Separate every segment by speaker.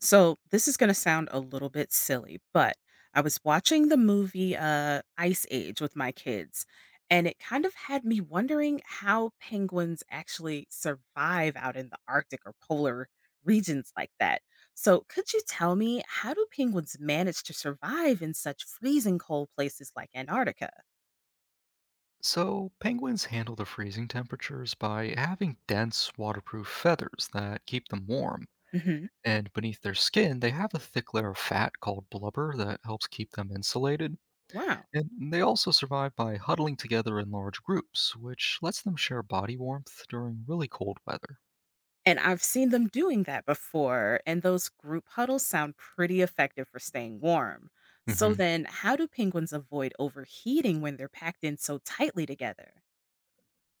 Speaker 1: So this is going to sound a little bit silly, but I was watching the movie Ice Age with my kids, and it kind of had me wondering how penguins actually survive out in the Arctic or polar regions like that. So could you tell me, how do penguins manage to survive in such freezing cold places like Antarctica?
Speaker 2: So, penguins handle the freezing temperatures by having dense, waterproof feathers that keep them warm.
Speaker 1: Hmm.
Speaker 2: And beneath their skin, they have a thick layer of fat called blubber that helps keep them insulated.
Speaker 1: Wow.
Speaker 2: And they also survive by huddling together in large groups, which lets them share body warmth during really cold weather.
Speaker 1: And I've seen them doing that before, and those group huddles sound pretty effective for staying warm. So
Speaker 2: Hmm.
Speaker 1: then, how do penguins avoid overheating when they're packed in so tightly together?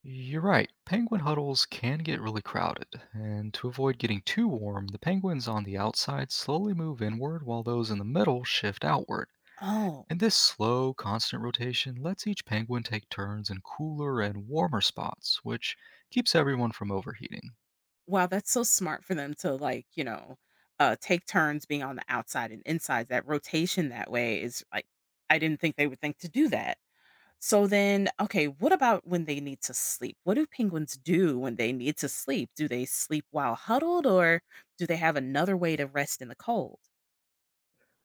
Speaker 2: You're right, penguin huddles can get really crowded, and to avoid getting too warm, the penguins on the outside slowly move inward while those in the middle shift outward.
Speaker 1: Oh,
Speaker 2: And this slow, constant rotation lets each penguin take turns in cooler and warmer spots, which keeps everyone from overheating.
Speaker 1: wow, that's so smart for them to, like, take turns being on the outside and inside. That rotation that way is like I didn't think they would think to do that. So then, okay, what about when they need to sleep? What do penguins do when they need to sleep? Do they sleep while huddled or do they have another way to rest in the cold?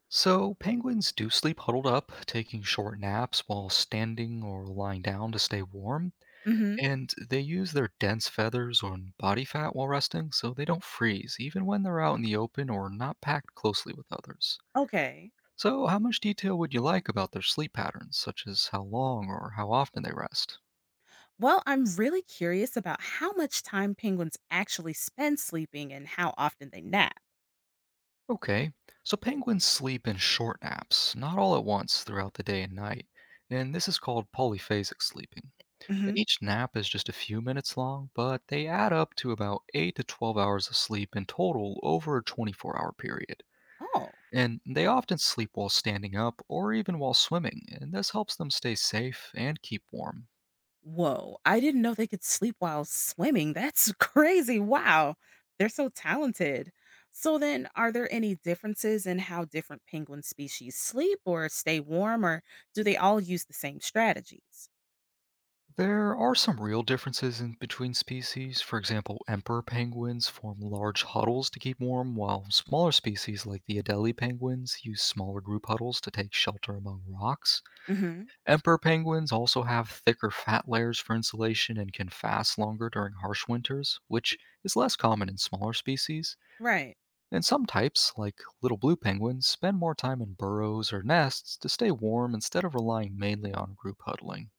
Speaker 2: So, penguins do sleep huddled up, taking short naps while standing or lying down to stay warm,
Speaker 1: Mhm.
Speaker 2: and they use their dense feathers and body fat while resting so they don't freeze, even when they're out in the open or not packed closely with others.
Speaker 1: Okay.
Speaker 2: So, how much detail would you like about their sleep patterns, such as how long or how often they rest?
Speaker 1: Well, I'm really curious about how much time penguins actually spend sleeping and how often they nap.
Speaker 2: Okay, so penguins sleep in short naps, not all at once throughout the day and night, and this is called polyphasic sleeping. And
Speaker 1: Mhm.
Speaker 2: each nap is just a few minutes long, but they add up to about 8 to 12 hours of sleep in total over a 24-hour period.
Speaker 1: Oh.
Speaker 2: And they often sleep while standing up or even while swimming, and this helps them stay safe and keep warm.
Speaker 1: Whoa, I didn't know they could sleep while swimming. That's crazy. Wow. They're so talented. So then, are there any differences in how different penguin species sleep or stay warm, or do they all use the same strategies?
Speaker 2: There are some real differences in between species. For example, emperor penguins form large huddles to keep warm, while smaller species like the Adelie penguins use smaller group huddles to take shelter among rocks.
Speaker 1: Hmm.
Speaker 2: Emperor penguins also have thicker fat layers for insulation and can fast longer during harsh winters, which is less common in smaller species.
Speaker 1: Right.
Speaker 2: And some types, like little blue penguins, spend more time in burrows or nests to stay warm instead of relying mainly on group huddling.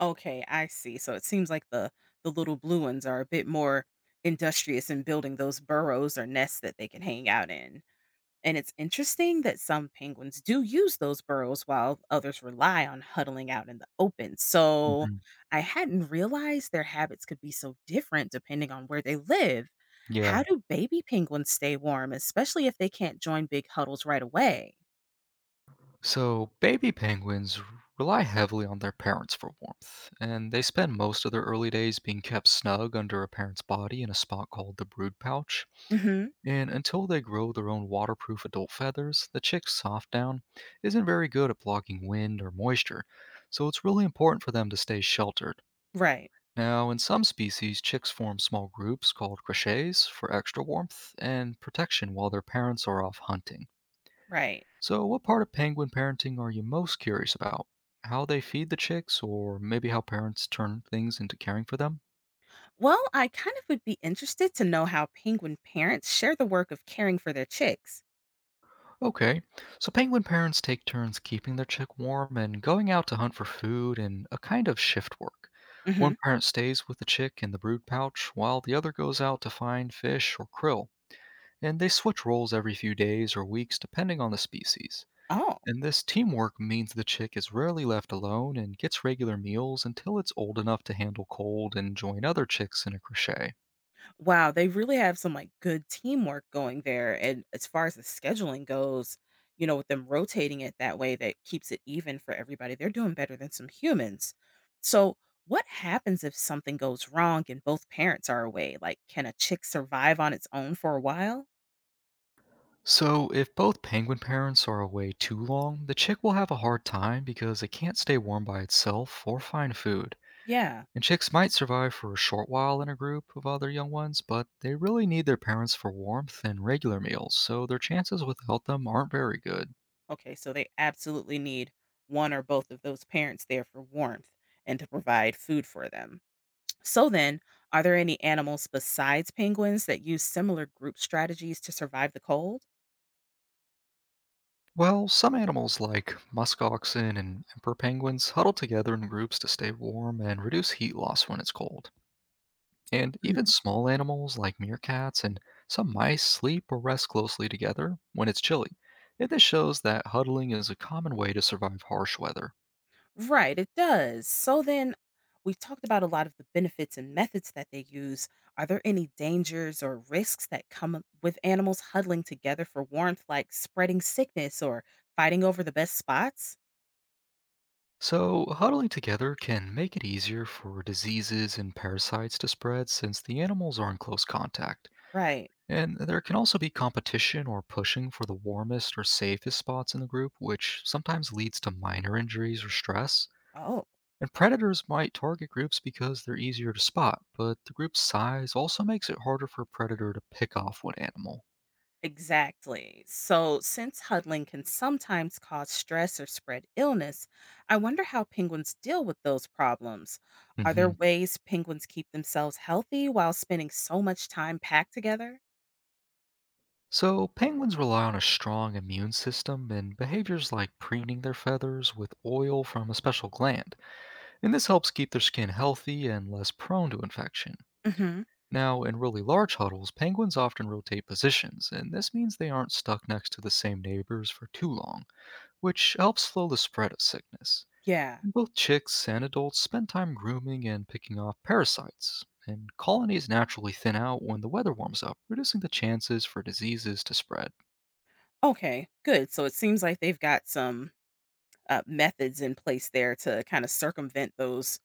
Speaker 1: Okay, I see. So it seems like the little blue ones are a bit more industrious in building those burrows or nests that they can hang out in. And it's interesting that some penguins do use those burrows while others rely on huddling out in the open. So
Speaker 2: Mhm.
Speaker 1: I hadn't realized their habits could be so different depending on where they live.
Speaker 2: Yeah.
Speaker 1: How do baby penguins stay warm, especially if they can't join big huddles right away?
Speaker 2: So, baby penguins rely heavily on their parents for warmth, and they spend most of their early days being kept snug under a parent's body in a spot called the brood pouch.
Speaker 1: Hmm.
Speaker 2: And until they grow their own waterproof adult feathers, the chick's soft down isn't very good at blocking wind or moisture, so it's really important for them to stay sheltered.
Speaker 1: Right,
Speaker 2: Now, in some species, chicks form small groups called crochets for extra warmth and protection while their parents are off hunting.
Speaker 1: right.
Speaker 2: So, what part of penguin parenting are you most curious about? How they feed the chicks, or maybe how parents turn things into caring for them?
Speaker 1: Well, I kind of would be interested to know how penguin parents share the work of caring for their chicks.
Speaker 2: Okay, so penguin parents take turns keeping their chick warm and going out to hunt for food in a kind of shift work.
Speaker 1: Hmm.
Speaker 2: One parent stays with the chick in the brood pouch, while the other goes out to find fish or krill, and they switch roles every few days or weeks depending on the species.
Speaker 1: Oh,
Speaker 2: And this teamwork means the chick is rarely left alone and gets regular meals until it's old enough to handle cold and join other chicks in a crochet.
Speaker 1: wow. They really have some, like, good teamwork going there. And as far as the scheduling goes, you know, with them rotating it that way, that keeps it even for everybody. They're doing better than some humans. So, what happens if something goes wrong and both parents are away? Like, can a chick survive on its own for a while?
Speaker 2: So, if both penguin parents are away too long, the chick will have a hard time because it can't stay warm by itself or find food.
Speaker 1: Yeah.
Speaker 2: And chicks might survive for a short while in a group of other young ones, but they really need their parents for warmth and regular meals, so their chances without them aren't very good.
Speaker 1: Okay. So, they absolutely need one or both of those parents there for warmth and to provide food for them. So then, are there any animals besides penguins that use similar group strategies to survive the cold?
Speaker 2: Well, some animals like musk oxen and emperor penguins huddle together in groups to stay warm and reduce heat loss when it's cold. And even
Speaker 1: Mhm.
Speaker 2: small animals like meerkats and some mice sleep or rest closely together when it's chilly. And this shows that huddling is a common way to survive harsh weather.
Speaker 1: Right, it does. So then, we've talked about a lot of the benefits and methods that they use. Are there any dangers or risks that come up with animals huddling together for warmth, like spreading sickness or fighting over the best spots?
Speaker 2: So, huddling together can make it easier for diseases and parasites to spread since the animals are in close contact.
Speaker 1: Right.
Speaker 2: And there can also be competition or pushing for the warmest or safest spots in the group, which sometimes leads to minor injuries or stress.
Speaker 1: Oh.
Speaker 2: And predators might target groups because they're easier to spot, but the group's size also makes it harder for a predator to pick off one animal.
Speaker 1: Exactly. So, since huddling can sometimes cause stress or spread illness, I wonder how penguins deal with those problems. Are there
Speaker 2: Hmm.
Speaker 1: ways penguins keep themselves healthy while spending so much time packed together?
Speaker 2: So, penguins rely on a strong immune system and behaviors like preening their feathers with oil from a special gland, and this helps keep their skin healthy and less prone to infection.
Speaker 1: Hmm.
Speaker 2: Now, in really large huddles, penguins often rotate positions, and this means they aren't stuck next to the same neighbors for too long, which helps slow the spread of sickness.
Speaker 1: Yeah.
Speaker 2: And both chicks and adults spend time grooming and picking off parasites, and colonies naturally thin out when the weather warms up, reducing the chances for diseases to spread.
Speaker 1: Okay, good. So, it seems like they've got some methods in place there to kind of circumvent those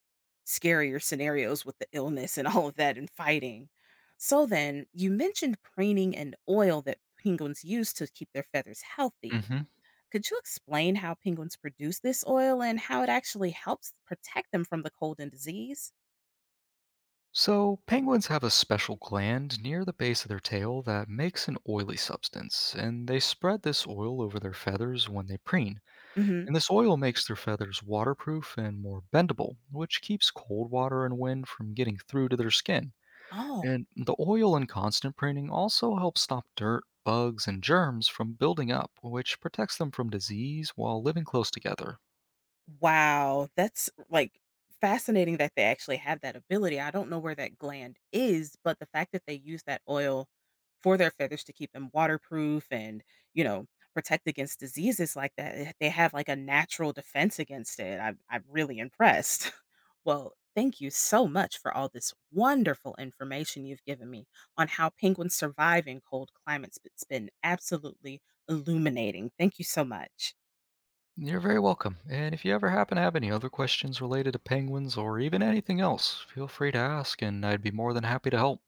Speaker 1: scarier scenarios with the illness and all of that and fighting. So then, you mentioned preening and oil that penguins use to keep their feathers healthy.
Speaker 2: Hmm.
Speaker 1: Could you explain how penguins produce this oil and how it actually helps protect them from the cold and disease?
Speaker 2: So, penguins have a special gland near the base of their tail that makes an oily substance, and they spread this oil over their feathers when they preen.
Speaker 1: Hmm.
Speaker 2: And this oil makes their feathers waterproof and more bendable, which keeps cold water and wind from getting through to their skin.
Speaker 1: Oh.
Speaker 2: And the oil and constant pruning also helps stop dirt, bugs, and germs from building up, which protects them from disease while living close together.
Speaker 1: Wow, that's, like, fascinating that they actually have that ability. I don't know where that gland is, but the fact that they use that oil for their feathers to keep them waterproof and, you know, protect against diseases like that, eh, they have, like, a natural defense against it. I'm really impressed. Well, thank you so much for all this wonderful information you've given me on how penguins survive in cold climates. It's been absolutely illuminating. Thank you so much.
Speaker 2: You're very welcome. And if you ever happen to have any other questions related to penguins or even anything else, feel free to ask, and I'd be more than happy to help.